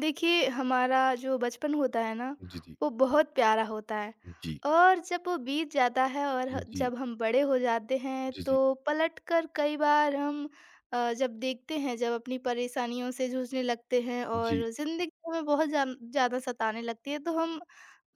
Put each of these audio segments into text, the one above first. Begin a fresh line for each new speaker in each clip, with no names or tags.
देखिए, हमारा जो बचपन होता है ना,
जी, जी।
वो बहुत प्यारा होता है
जी।
और जब वो बीत जाता है और ह
जी।
जब हम बड़े हो जाते हैं,
जी, जी।
तो पलट कर कई बार हम जब देखते हैं, जब अपनी परेशानियों से जूझने लगते हैं
जी।
और ज़िंदगी हमें बहुत जाम ज़्यादा सताने लगती है, तो हम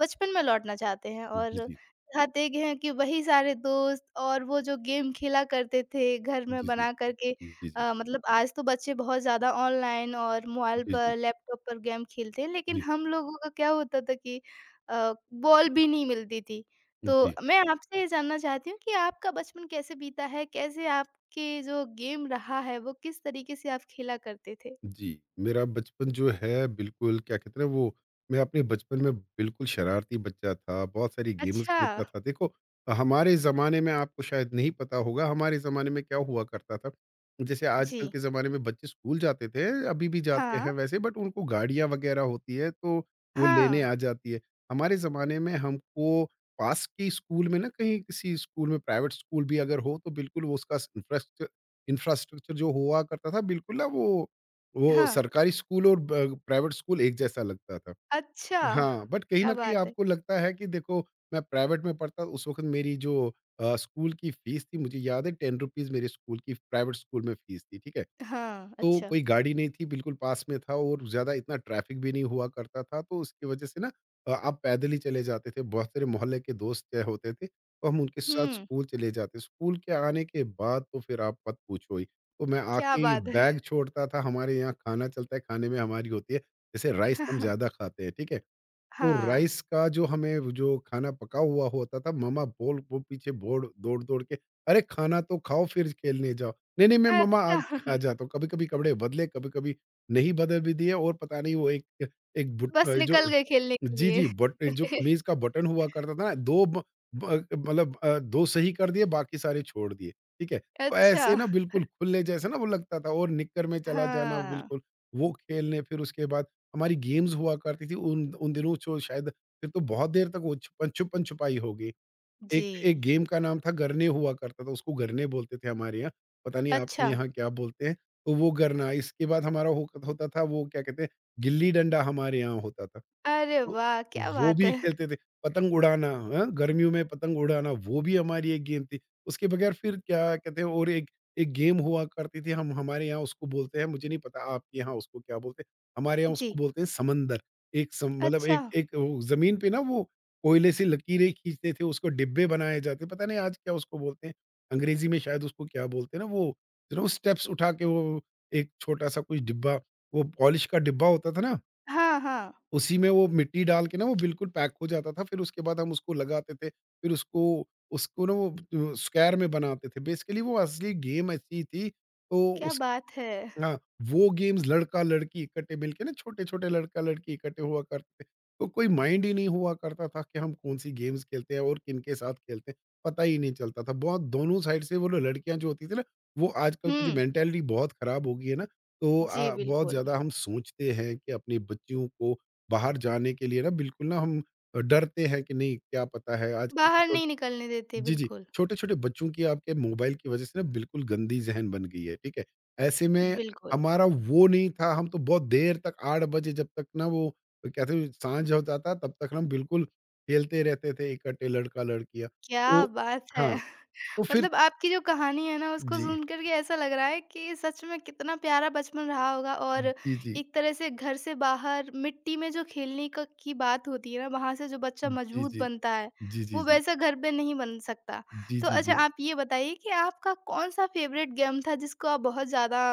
बचपन में लौटना चाहते हैं
जी,
और
जी।
चाहते हैं कि वही सारे दोस्त और वो जो गेम खेला करते थे घर में
जी, जी।
बना करके
जी, जी।
मतलब आज तो बच्चे बहुत ज़्यादा ऑनलाइन और मोबाइल
जी, जी।
पर, लैपटॉप पर गेम खेलते हैं, लेकिन
जी, जी।
हम लोगों का क्या होता था कि बॉल भी नहीं मिलती थी। तो
जी,
मैं आपसे ये जानना चाहती हूँ कि आपका बचपन कैसे बीता है? कैसे आपके जो गेम रहा है, वो किस तरीके से आप खेला करते थे?
जी। मेरा बचपन जो है बिल्कुल क्या कहते हैं ना वो, मैं अपने बचपन में बिल्कुल शरारती बच्चा था, बहुत सारी गेम्स
अच्छा।
खेलता था। देखो, हमारे ज़माने में आपको शायद नहीं पता होगा, हमारे ज़माने में क्या हुआ करता था, जैसे
जी।
आजकल के ज़माने में बच्चे स्कूल जाते थे, अभी भी जाते
हाँ।
हैं वैसे, बट उनको गाड़ियाँ वगैरह होती है तो वो लेने
हाँ।
आ जाती है। हमारे ज़माने में हमको पास के स्कूल में ना, कहीं किसी स्कूल में, प्राइवेट स्कूल भी अगर हो तो बिल्कुल वो उसका इंफ्रास्ट्रक्चर जो हुआ करता था, बिल्कुल ना वो
हाँ।
सरकारी स्कूल और ब प्राइवेट स्कूल एक जैसा लगता था।
अच्छा!
हाँ, बट कहीं
क्या
न कहीं
बात है!
आपको लगता है कि देखो, मैं प्राइवेट में पढ़ता उस वक़्त मेरी जो स्कूल की फीस थी, मुझे याद है ₹10 मेरी स्कूल की प्राइवेट स्कूल में फीस थी, ठीक है?
हाँ,
तो
अच्छा।
कोई गाड़ी नहीं थी, बिल्कुल पास में था, और ज़्यादा इतना ट्रैफ़िक भी नहीं हुआ करता था, तो उसकी वजह से ना आप पैदल ही चले जाते थे। बहुत सारे मोहल्ले के दोस्त क्या होते थे, तो हम उनके साथ
हुँ,
स्कूल चले जाते। स्कूल के आने के बाद तो फिर आप मत पूछो ही। तो मैं
क्या
आके ही
बात है!
बैग छोड़ता था, हमारे यहाँ खाना चलता है, खाने में हमारी होती है, जैसे राइस हम ज़्यादा खाते हैं, ठीक है? तो
हाँ,
राइस का जो हमें, वो जो खाना पका हुआ होता था, मम्मा बोल वो पीछे बोड़ दौड़-दौड़ के, "अरे! खाना तो खाओ फिर खेलने जाओ।" "नहीं, नहीं, मैं मम्मा आ
अच्छा
आ जाता हूँ।" कभी-कभी कपड़े बदले, कभी-कभी नहीं बदल भी दिए, और पता नहीं वो एक एक बुट
बस निकल
जो।
गए खेलने के
जी, जी।
लिए।
बट जो कमीज़ का बटन हुआ करता था ना, 2 ब ब मतलब 2 सही कर दिए, बाकी सारे छोड़ दिए, ठीक है? तो
अच्छा,
ऐसे ना बिल्कुल खुले जैसे ना वो लगता था, और निक्कर में चला जाना
हाँ,
बिल्कुल, वो खेलने। फिर उसके बाद हमारी गेम्स हुआ करती थी उन उन दिनों, जो शायद फिर तो बहुत देर तक वो छुपन छुपन छुपाई होगी। एक एक
जी।
गेम का नाम था गरने हुआ करता था, उसको गरने बोलते थे हमारे यहाँ, पता नहीं आपके
अच्छा,
यहाँ क्या बोलते हैं? तो वो गरना, इसके बाद हमारा हो होता था वो, क्या कहते हैं, गिल्ली डंडा हमारे यहाँ होता था।
अरे
वो
वाह! क्या
वो
बात
भी
है!
खेलते थे। पतंग उड़ाना, हाँ, गर्मियों में पतंग उड़ाना वो भी हमारी एक गेम थी। उसके बगैर फिर क्या कहते हैं, और एक एक गेम हुआ करती थी, हम हमारे यहाँ उसको बोलते हैं, मुझे नहीं पता आपके यहाँ उसको क्या बोलते हैं? हमारे यहाँ उसको
जी,
बोलते हैं समंदर। एक सम मतलब
अच्छा।
एक एक वो ज़मीन पे ना वो कोयले से लकीरें खींचते थे, उसको डिब्बे बनाए जाते, पता नहीं आज क्या उसको बोलते हैं? अंग्रेज़ी में शायद उसको क्या बोलते हैं ना वो, जो ना वो स्टेप्स उठा के वो एक छोटा-सा कोई डिब्बा, वो पॉलिश का डिब्बा होता था ना?
हाँ, हाँ,
उसी में वो मिट्टी डाल के ना, वो बिल्कुल पैक हो जाता था, फिर उसके बाद हम उसको लगाते थे, फिर उसको उसको ना वो स्क्वायर में बनाते थे। बेसिकली वो असली गेम ऐसी थी, तो
क्या बात है!
हाँ, वो गेम्स लड़का-लड़की इकट्ठे मिलके ना, छोटे-छोटे लड़का-लड़की इकट्ठे हुआ करते थे। तो कोई माइंड ही नहीं हुआ करता था कि हम कौन-सी गेम्स खेलते हैं और किनके साथ खेलते हैं, पता ही नहीं चलता था। बहुत दोनों साइड से वो लो लड़कियाँ जो होती थी ना, वो आजकल की जो
हुँ,
मेंटालिटी बहुत खराब हो गई है ना, तो
जी,
बहुत
बिल्कुल।
ज़्यादा हम सोचते हैं कि अपनी बच्चियों को बाहर जाने के लिए ना बिल्कुल ना हम डरते हैं कि नहीं, क्या पता है आजकल की
बाहर नहीं
छोटी।
निकलने देते,
जी, जी।
बिल्कुल,
छोटे-छोटे बच्चों की आपके मोबाइल की वज़ह से ना बिल्कुल गंदी ज़हन बन गई है, ठीक है? ऐसे में
बिल्कुल।
हमारा वो नहीं था, हम तो बहुत देर तक 8 बजे जब तक, ना वो कहते हैं साँझ हो जाता, तब तक हम बिल्कुल खेलते रहते थे इकट्ठे लड़का-लड़कियाँ।
क्या
वो।
बात है!
हाँ, तो फिर।
मतलब आपकी जो कहानी है ना उसको
जी।
सुन कर के ऐसा लग रहा है कि सच में कितना प्यारा बचपन रहा होगा और
जी, जी।
एक तरह से घर से बाहर मिट्टी में जो खेलने का की बात होती है ना वहां से जो बच्चा
जी,
मजबूत
जी।
बनता है
जी, जी,
वो
जी।
वैसा घर पे नहीं बन सकता।
जी,
तो
जी,
अच्छा
जी। जी।
आप ये बताइए कि आपका कौन सा फेवरेट गेम था जिसको आप बहुत ज्यादा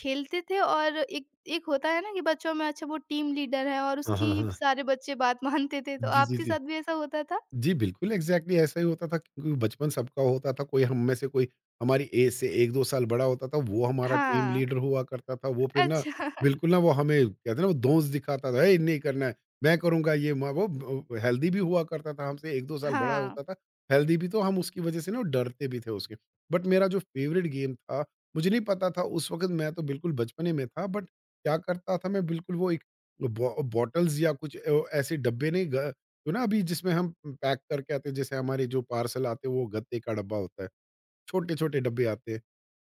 खेलते थे? और एक एक होता है ना कि बच्चों में अच्छा वो टीम लीडर है और
हाँ,
उसकी
हाँ, हाँ।
सारे बच्चे बात मानते थे, तो
जी, जी,
आपके
जी।
साथ भी ऐसा होता था?
जी, बिल्कुल, एग्ज़ैक्टली ऐसा ही होता था, क्योंकि बचपन सबका होता था, कोई हम में से कोई हमारी एज से 1-2 साल बड़ा होता था, वो हमारा टीम
हाँ।
लीडर हुआ करता था। वो फिर ना
अच्छा
बिल्कुल ना वो, हमें कहते हैं ना वो, दोस्त दिखाता था, "हे, नहीं करना है, मैं करूँगा ये मैं।" वो ब हेल्दी भी हुआ करता था, हमसे 1-2 साल बड़ा
हाँ।
होता था, हेल्दी भी, तो हम उसकी वज़ह से ना डरते भी थे उसके। बट मेरा जो फ़ेवरेट गेम था, मुझे नहीं पता था उस वक़्त, मैं तो बिल्कुल बचपने में था, बट क्या करता था मैं, बिल्कुल वो एक बॉ बॉटल्स या कुछ ऐसे डब्बे नहीं ग तो ना, अभी जिसमें हम पैक करके आते हैं, जैसे हमारे जो पार्सल आते हैं वो गत्ते का डब्बा होता है, छोटे छोटे डब्बे आते हैं,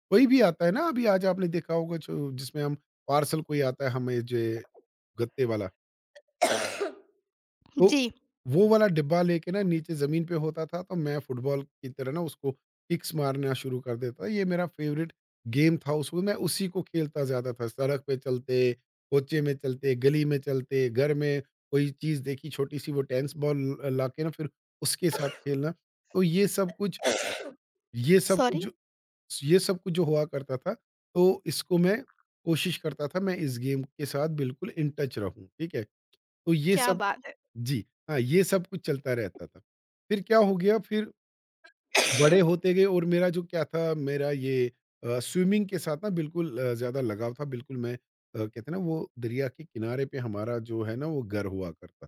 कोई भी आता है ना, अभी आज आपने देखा होगा जो जिसमें हम पार्सल कोई आता है हमें, जो गत्ते वाला, तो
जी।
वो वाला डिब्बा लेके ना नीचे ज़मीन पे होता था, तो मैं फुटबॉल की तरह ना उसको किक्स मारना शुरू कर देता था। ये मेरा फ़ेवरेट गेम था उस समय, मैं उसी को खेलता ज़्यादा था। सड़क पे चलते, कोचे में चलते, गली में चलते, घर में कोई चीज़ देखी छोटी-सी, वो टेनिस बॉल लाके ना, फिर उसके साथ खेलना। तो ये सब कुछ
सॉरी!
जो ये सब कुछ जो हुआ करता था, तो इसको मैं, कोशिश करता था मैं इस गेम के साथ बिल्कुल इन टच रहूँ, ठीक है? तो ये
क्या
सब।
बात है!
जी, हाँ, ये सब कुछ चलता रहता था। फिर क्या हो गया, फिर बड़े होते गए, और मेरा जो क्या था मेरा ये स्विमिंग के साथ ना बिल्कुल ज़्यादा लगाव था। बिल्कुल मैं कहते हैं ना वो, दरिया के किनारे पे हमारा जो है ना वो घर हुआ करता,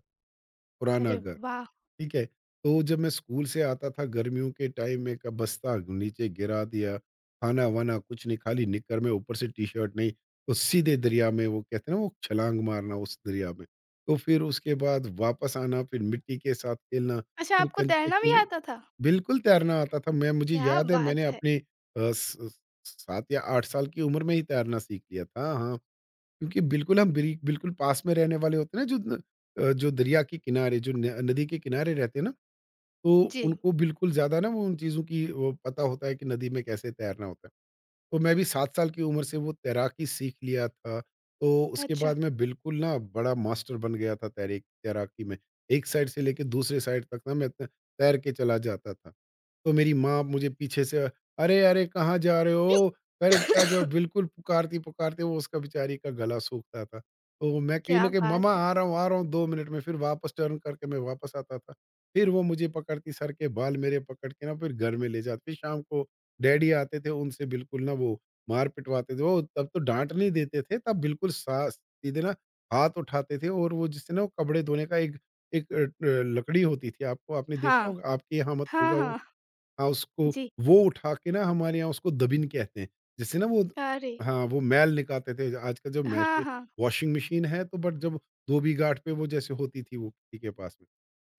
पुराना
अरे
घर।
वाह!
ठीक है? तो जब मैं स्कूल से आता था गर्मियों के टाइम में, का बस्ता नीचे गिरा दिया, खाना-वाना कुछ नहीं, खाली निक्कर में ऊपर से टी-शर्ट नहीं, तो सीधे दरिया में, वो कहते हैं ना वो छलांग मारना, उस दरिया में। तो फिर उसके बाद वापस आना, फिर मिट्टी के साथ खेलना,
अच्छा,
फिर
आपको
कंचे
तैरना भी
खेलना।
आता था?
बिल्कुल तैरना आता था। मैं मुझे
क्या
याद है,
बात
मैंने
है!
अपने अ, स 7 या 8 साल की उम्र में ही तैरना सीख लिया था। हाँ, क्योंकि बिल्कुल हम बिरी बिल्कुल पास में रहने वाले होते हैं ना, जो न अ, जो दरिया के किनारे, जो न नदी के किनारे रहते हैं ना, तो
जी,
उनको बिल्कुल ज़्यादा ना वो, उन चीज़ों की वो पता होता है कि नदी में कैसे तैरना होता है। तो मैं भी 7 साल की उम्र से वो तैराकी सीख लिया था। तो उसके
अच्छा।
बाद मैं बिल्कुल ना बड़ा मास्टर बन गया था तैरे तैराकी में। एक साइड से लेके दूसरे साइड तक ना, मैं त तैर के चला जाता था। तो मेरी माँ मुझे पीछे से, "अरे! अरे! कहाँ जा रहे हो? अरे! क्या जो।" बिल्कुल पुकारती-पुकारती, वो उसका बेचारी का गला सूखता था। तो मैं कहीं
क्या
न कहीं,
बात
"मम्मा
है!
आ रहा हूँ 2 मिनट में", फिर वापस टर्न करके मैं वापस आता था। फिर वो मुझे पकड़ती, सर के बाल मेरे पकड़ के ना, फिर घर में ले जाती। शाम को डैडी आते थे, उनसे बिल्कुल ना वो मार पिटवाते थे। वो तब तो डाँट नहीं देते थे, तब बिल्कुल सा सीधे ना हाथ उठाते थे, और वो जिससे ना वो कपड़े धोने का एक एक लकड़ी होती थी, आपको आपने देखा
हाँ,
होगा, आपके यहाँ मत
हाँ,
होगा वो।
हाँ,
हाँ, उसको
जी।
वो उठा के ना, हमारे यहाँ उसको दबिन कहते हैं, जिससे ना वो,
अरे!
हाँ, वो मैल निकालते थे। आजकल जो मैश
हाँ, हाँ,
वॉशिंग मशीन है तो, बट जब धोबी घाट पे वो जैसे होती थी वो किसी के पास में,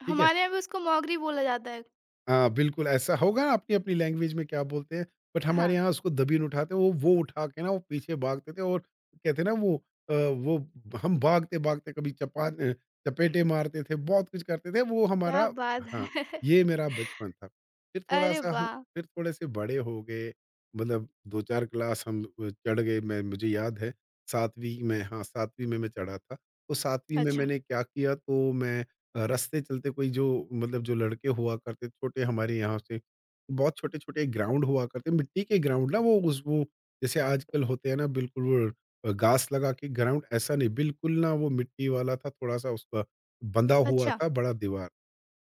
ठीक है।
हमारे यहाँ भी उसको मोगरी बोला जाता है।
हाँ, बिल्कुल ऐसा होगा, अपनी-अपनी लैंग्वेज में क्या बोलते हैं, बट
हाँ,
हमारे यहाँ उसको दबीन उठाते हैं, वो उठा के ना, वो पीछे भागते थे और, कहते हैं ना वो वो हम भागते-भागते कभी चपेटे मारते थे, बहुत कुछ करते थे, वो
क्या
हमारा।
बात
हाँ,
है!
ये मेरा बचपन था। फिर
अरे
थोड़ा-सा हम
वाह!
फिर थोड़े-से बड़े हो गए, मतलब 2-4 क्लास हम चढ़ गए, मैं मुझे याद है 7वीं में, हाँ, 7वीं में मैं चढ़ा था। तो 7वीं में
अच्छा,
मैंने क्या किया, तो मैं रास्ते चलते कोई जो, मतलब जो लड़के हुआ करते छोटे हमारे यहाँ से, बहुत छोटे-छोटे ग्राउंड हुआ करते, मिट्टी के ग्राउंड ना वो, उस वो जैसे आजकल होते हैं ना, बिल्कुल वो घास लगा के ग्राउंड, ऐसा नहीं, बिल्कुल ना वो मिट्टी वाला था, थोड़ा-सा उसका बंधा हुआ
अच्छा,
था बड़ा दीवार।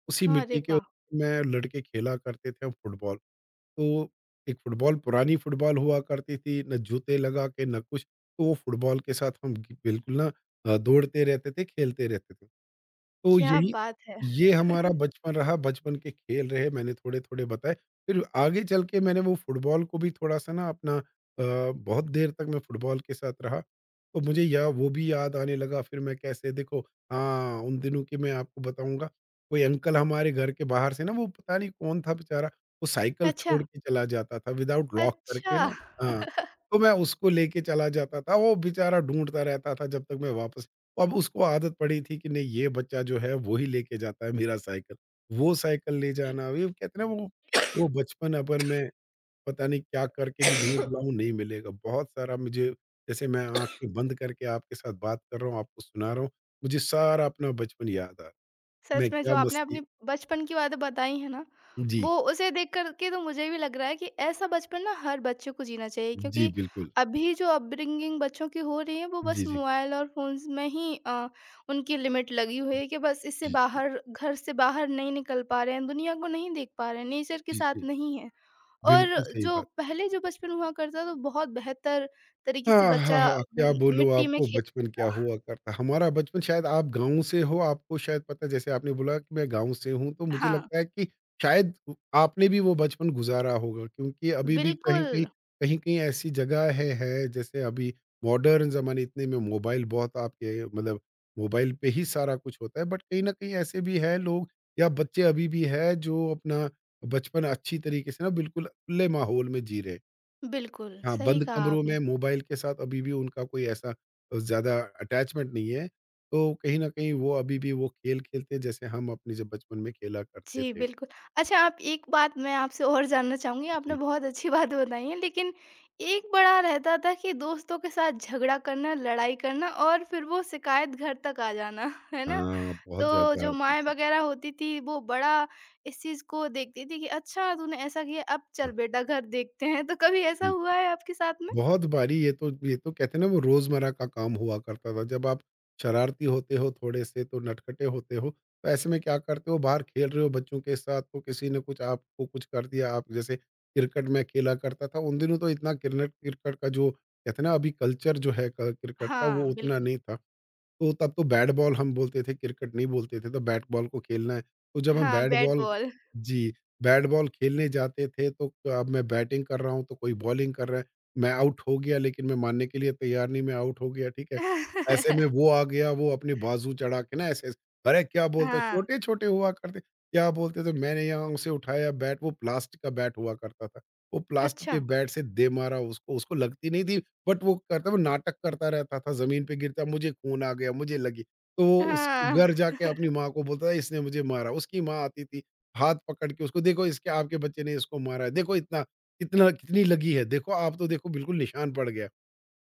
उसी
अरे
मिट्टी के
वाह!
ऊपर में लड़के खेला करते थे फुटबॉल। तो एक फुटबॉल पुरानी फुटबॉल हुआ करती थी ना जूते लगा के ना कुछ। तो वो फुटबॉल के साथ हम बिल्कुल ना दौड़ते रहते थे, खेलते रहते थे। तो
क्या
यही
बात है!
ये हमारा बचपन रहा, बचपन के खेल रहे, मैंने थोड़े-थोड़े बताए। फिर आगे चल के मैंने वो फुटबॉल को भी थोड़ा-सा ना अपना अ, बहुत देर तक मैं फुटबॉल के साथ रहा, तो मुझे या वो भी याद आने लगा फिर मैं कैसे देखो। हाँ, उन दिनों की मैं आपको बताऊँगा, कोई अंकल हमारे घर के बाहर से ना वो पता नहीं कौन था बेचारा, वो साइकिल
अच्छा,
छोड़ के चला जाता था विदाउट लॉक
अच्छा।
करके ना। हाँ, तो मैं उसको लेके चला जाता था, वो बेचारा ढूँढता रहता था जब तक मैं वापस। तो अब उसको आदत पड़ी थी कि नहीं ये बच्चा जो है वो ही लेके जाता है मेरा साइकिल, वो साइकिल ले जाना, ये कहते हैं ना वो बचपन अगर मैं पता नहीं क्या करके भी ढूँढ रहा हूँ नहीं मिलेगा। बहुत सारा मुझे जैसे मैं आँखें बंद करके आपके साथ बात कर रहा हूँ, आपको सुना रहा हूँ, मुझे सारा अपना बचपन याद आ रहा है।
सच
मैं
में जो
क्या
आपने
मस्ती।
अपनी बचपन की बातें बताई है ना,
जी,
वो उसे देख करके तो मुझे भी लग रहा है कि ऐसा बचपन ना हर बच्चे को जीना चाहिए।
जी
क्योंकि
बिल्कुल।
अभी जो अपब्रिंगिंग बच्चों की हो रही है वो बस
जी, जी।
मोबाइल और फोन्स में ही उनकी लिमिट लगी हुई है कि बस इससे
जी, जी।
बाहर घर से बाहर नहीं निकल पा रहे हैं, दुनिया को नहीं देख पा रहे हैं, नेचर के
जी,
साथ
जी।
नहीं है। और
बिल्कुल सही
जो
बात।
पहले जो बचपन हुआ करता तो बहुत बेहतर तरीके से
हाँ, हाँ,
बच्चा
हाँ, क्या बोलूँ
मिट्टी में
आपको
खेल।
बचपन क्या हुआ करता हमारा बचपन। शायद आप गाँव से हो, आपको शायद पता है जैसे आपने बोला कि मैं गाँव से हूँ, तो मुझे
हाँ।
लगता है कि शायद उ आपने भी वो बचपन गुज़ारा होगा क्योंकि अभी भी कहीं-कहीं
बिल्कुल।
कहीं-कहीं ऐसी जगहें हैं, जैसे अभी मॉडर्न ज़माने इतने में मोबाइल बहुत आपके मतलब मोबाइल पे ही सारा कुछ होता है, बट कहीं न कहीं ऐसे भी हैं लोग या बच्चे अभी भी हैं, जो अपना बचपन अच्छी तरीके से ना बिल्कुल खुले माहौल में जी रहे हैं।
बिल्कुल
हाँ,
सही
बंद
कहा
कमरों
आपने।
में मोबाइल के साथ अभी भी उनका कोई ऐसा ज़्यादा अटैचमेंट नहीं है। तो कहीं न कहीं वो अभी भी वो खेल खेलते हैं जैसे हम अपने जब बचपन में खेला करते
जी,
थे।
बिल्कुल। अच्छा, आप एक बात मैं आपसे और जानना चाहूँगी, आपने
जी।
बहुत अच्छी बात बताई है, लेकिन एक बड़ा रहता था कि दोस्तों के साथ झगड़ा करना, लड़ाई करना और फिर वो शिकायत घर तक आ जाना, है ना?
हाँ, बहुत
तो
ज़्यादा
जो माएँ
जी,
वग़ैरह होती थी वो बड़ा इस चीज़ को देखती थी कि अच्छा तूने ऐसा किया, अब चल बेटा घर देखते हैं। तो कभी ऐसा
जी।
हुआ है आपके साथ में?
बहुत बारी ये तो कहते हैं ना वो रोजमर्रा का काम हुआ करता था। जब आप शरारती होते हो थोड़े से तो नटखटे होते हो, तो ऐसे में क्या करते हो बाहर खेल रहे हो बच्चों के साथ तो किसी ने कुछ आपको कुछ कर दिया। आप जैसे क्रिकेट में खेला करता था, उन दिनों तो इतना क्रिनेट क्रिकेट का जो कहते हैं ना अभी कल्चर जो है क क्रिकेट का
हाँ,
वो उतना
बिल्कुल।
नहीं था। तो तब तो बैट बॉल हम बोलते थे, क्रिकेट नहीं बोलते थे, तो बैट बॉल को खेलना है। तो जब हम
हाँ,
बैट
बैट
बॉल।
बॉल।
जी, बैट बॉल खेलने जाते थे, तो अब मैं बैटिंग कर रहा हूँ, तो कोई बॉलिंग कर रहा है। मैं आउट हो गया, लेकिन मैं मानने के लिए तैयार नहीं, मैं आउट हो गया, ठीक है। ऐसे में वो आ गया, वो अपने बाजू चढ़ा के ना ऐसे-ऐसे, अरे! क्या बोलते हो?
हाँ,
छोटे-छोटे हुआ करते क्या बोलते थे, मैंने यहाँ उसे उठाया बैट, वो प्लास्टिक का बैट हुआ करता था। वो प्लास्टिक के
अच्छा।
बैट से दे मारा उसको, उसको लगती नहीं थी। बट वो करता वो नाटक करता रहता था, ज़मीन पे गिरता, मुझे खून आ गया, मुझे लगी। तो वो उस
हाँ।
घर जाके अपनी माँ को बोलता था, इसने मुझे मारा। उसकी माँ आती थी, हाथ पकड़ के उसको, देखो इसके आपके बच्चे ने इसको मारा है, देखो इतना इतना कितनी लगी है, देखो आप तो देखो बिल्कुल निशान पड़ गया।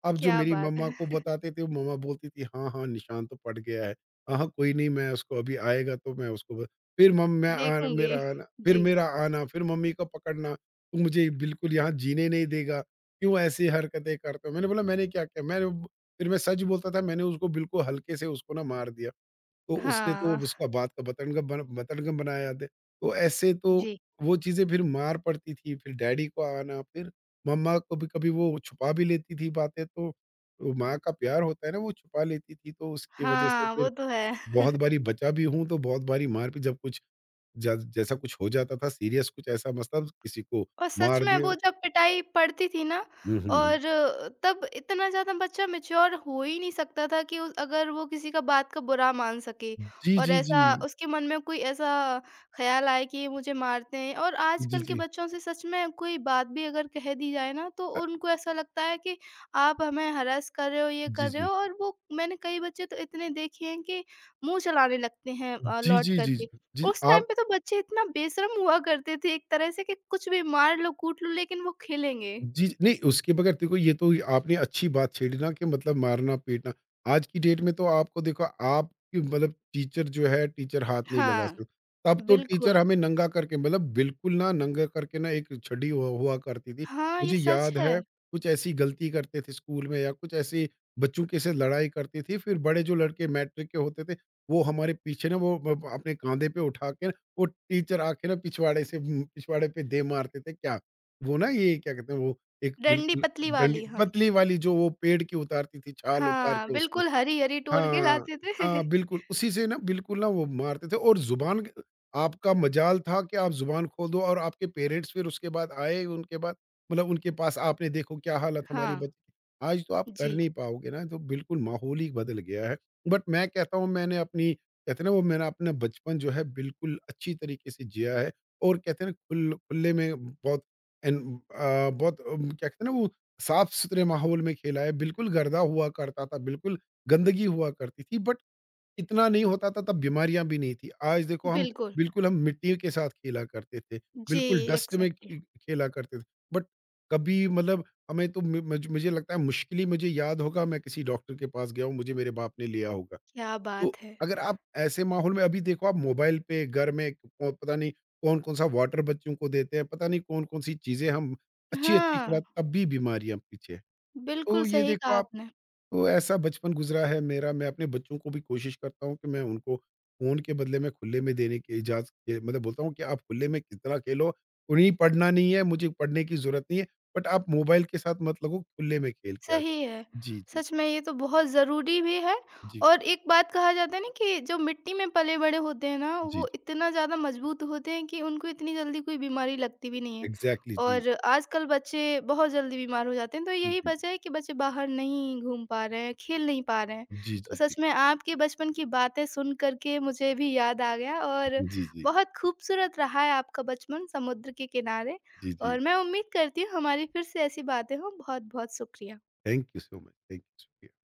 अब जो
क्या
मेरी
बात
मम्मा को
है।
बताते थे, वो मम्मा बोलती थी, "हाँ, हाँ, निशान तो पड़ गया है। हाँ, हाँ, कोई नहीं मैं उसको अभी आएगा तो मैं उसको ब"। फिर मम मैं आन
देखूँगी। जी।
मेरा आना, फिर मम्मी का पकड़ना, "तू मुझे बिल्कुल यहाँ जीने नहीं देगा, क्यों ऐसी हरकतें करते हो?" मैंने बोला, "मैंने क्या किया?" मैंने ब। फिर मैं सच बोलता था, मैंने उसको बिल्कुल हल्के से उसको ना मार दिया। तो उसने तो
हाँ,
उसका बात का बतंगड़ बन बतंगड़ बनाया दे। तो ऐसे तो
जी।
वो चीज़ें फिर मार पड़ती थी, फिर डैडी को आना, फिर मम्मा कभी-कभी वो छुपा भी लेती थी बातें तो माँ का प्यार होता है ना वो छुपा लेती थी तो उसकी वज़ह से
हाँ, वो
फिर
तो है।
बहुत बारी बचा भी हूँ तो बहुत बारी मार भी जब कुछ ज जैसा कुछ हो जाता था सीरियस कुछ ऐसा मसला तो किसी को
और सच
मार
में
दिया।
वो जब पिटाई पड़ती थी ना,
हुँ, हुँ, हुँ।
और तब इतना ज़्यादा बच्चा मैच्योर हो ही नहीं सकता था कि उस अगर वो किसी का बात का बुरा मान सके
जी,
और
जी, जी।
ऐसा उसके मन में कोई ऐसा ख़्याल आए कि ये मुझे मारते हैं। और
जी,
आजकल के
जी।
बच्चों से सच में कोई बात भी अगर कह दी जाए ना तो
अ,
उनको ऐसा लगता है कि आप हमें हरास कर रहे हो, ये
जी,
कर रहे हो।
जी।
और वो मैंने कई बच्चे तो इतने देखे हैं कि मुँह चलाने लगते हैं
जी,
लौट
जी, जी, जी।
करके।
जी,
उस टाइम
आप।
पे तो बच्चे इतना बेशर्म हुआ करते थे एक तरह से कि कुछ भी मार लो, कूट लो लेकिन वो खेलेंगे।
जी, नहीं उसके बगैर देखो ये तो आपने अच्छी बात छेड़ी ना कि मतलब मारना-पीटना। आज की डेट में तो आपको देखो आपकी मतलब टीचर जो है टीचर हाथ नहीं लगा
हाँ,
सकता। तब तो टीचर
बिल्कुल।
हमें नंगा करके मतलब बिल्कुल ना नंगा करके ना एक छड़ी हुआ हुआ करती थी।
हाँ, ये
मुझे
सच
याद
है।
है कुछ ऐसी गलती करते थे स्कूल में या कुछ ऐसी बच्चों के से लड़ाई करती थी। फिर बड़े जो लड़के मैट्रिक के होते थे वो हमारे पीछे ना वो ब ब अपने काँधे पे उठा के ना, वो टीचर आके ना पिछवाड़े से पिछवाड़े पे दे मारते थे क्या। वो ना ये क्या कहते हैं वो एक
डंडी
बिल्कुल
पतली
डंडी
वाली, हाँ।
पतली वाली जो वो पेड़ की उतारती थी, छाल उतार
हाँ,
के उसको।
बिल्कुल हरी-हरी टोर के
हाँ,
लाते थे।
हाँ, बिल्कुल, उसी से ना बिल्कुल ना वो मारते थे और ज़ुबान क। आपका मजाल था कि आप ज़ुबान खोल दो और आपके पेरेंट्स फिर उसके बाद आए, उनके बाद मतलब उनके पास आपने देखो क्या हालत हमारी
हाँ,
बच्ची की। आज तो आप कर
जी,
नहीं पाओगे ना, तो बिल्कुल माहौल ही बदल गया है। बट मैं कहता हूँ मैंने अपनी कहते हैं ना वो मैंने अपना बचपन जो है बिल्कुल अच्छी तरीके से जिया है और कहते हैं ना खुले में बहुत एन बहुत क्या कहते हैं ना वो साफ-सुथरे माहौल में खेला है, बिल्कुल गर्दा हुआ करता था, बिल्कुल गंदगी हुआ करती थी बट इतना नहीं होता था तब बीमारियां भी नहीं थी। आज देखो हम
बिल्कुल।
बिल्कुल हम मिट्टी के साथ खेला करते थे,
जी,
बिल्कुल डस्ट में
एग्ज़ैक्टली।
खे खेला करते थे। बट कभी मतलब हमें तो म मुझ मुझे लगता है मुश्किल ही मुझे याद होगा मैं किसी डॉक्टर के पास गया हूँ, मुझे मेरे बाप ने लिया होगा।
क्या बात
तो
है!
अगर आप ऐसे माहौल में अभी देखो आप मोबाइल पे घर में प पता नहीं कौन-कौन सा वाटर बच्चों को देते हैं, पता नहीं कौन-कौन सी चीज़ें हम अच्छी-अच्छी
हाँ,
खिला तब भी बीमारियाँ पीछे। हैं।
बिल्कुल
तो ये
सही कहा
देखो आप।
आपने।
तो ऐसा बचपन गुज़रा है मेरा, मैं अपने बच्चों को भी कोशिश करता हूँ कि मैं उनको फ़ोन के बदले में खुले में देने की इजाज़त के मतलब बोलता हूँ कि आप खुले में कितना खेलो, उन्हें पढ़ना नहीं है, मुझे पढ़ने की ज़रूरत नहीं है, बट आप मोबाइल के साथ मत लगो, खुले में खेल के आ जाओ।
सही है।
जी, जी।
सच में ये तो बहुत ज़रूरी भी है।
जी,
और एक बात कहा जाता है ना कि जो मिट्टी में पले-बड़े होते हैं ना,
जी,
वो
जी।
इतना ज़्यादा मज़बूत होते हैं कि उनको इतनी जल्दी कोई बीमारी लगती भी नहीं है।
एग्ज़ैक्टली जी।
और आजकल बच्चे बहुत जल्दी बीमार हो जाते हैं, तो
जी,
यही
जी।
वजह है कि बच्चे बाहर नहीं घूम पा रहे हैं, खेल नहीं पा रहे हैं।
जी,
तो
जी,
सच
जी।
में आपके बचपन की बातें सुन कर के मुझे भी याद आ गया। और
जी, जी।
बहुत खूबसूरत रहा है आपका बचपन, समुद्र के किनारे।
जी, जी।
और मैं उम्मीद करती हूँ हमारी फिर से ऐसी बातें हों। बहुत-बहुत शुक्रिया।
Thank you so much, thank you so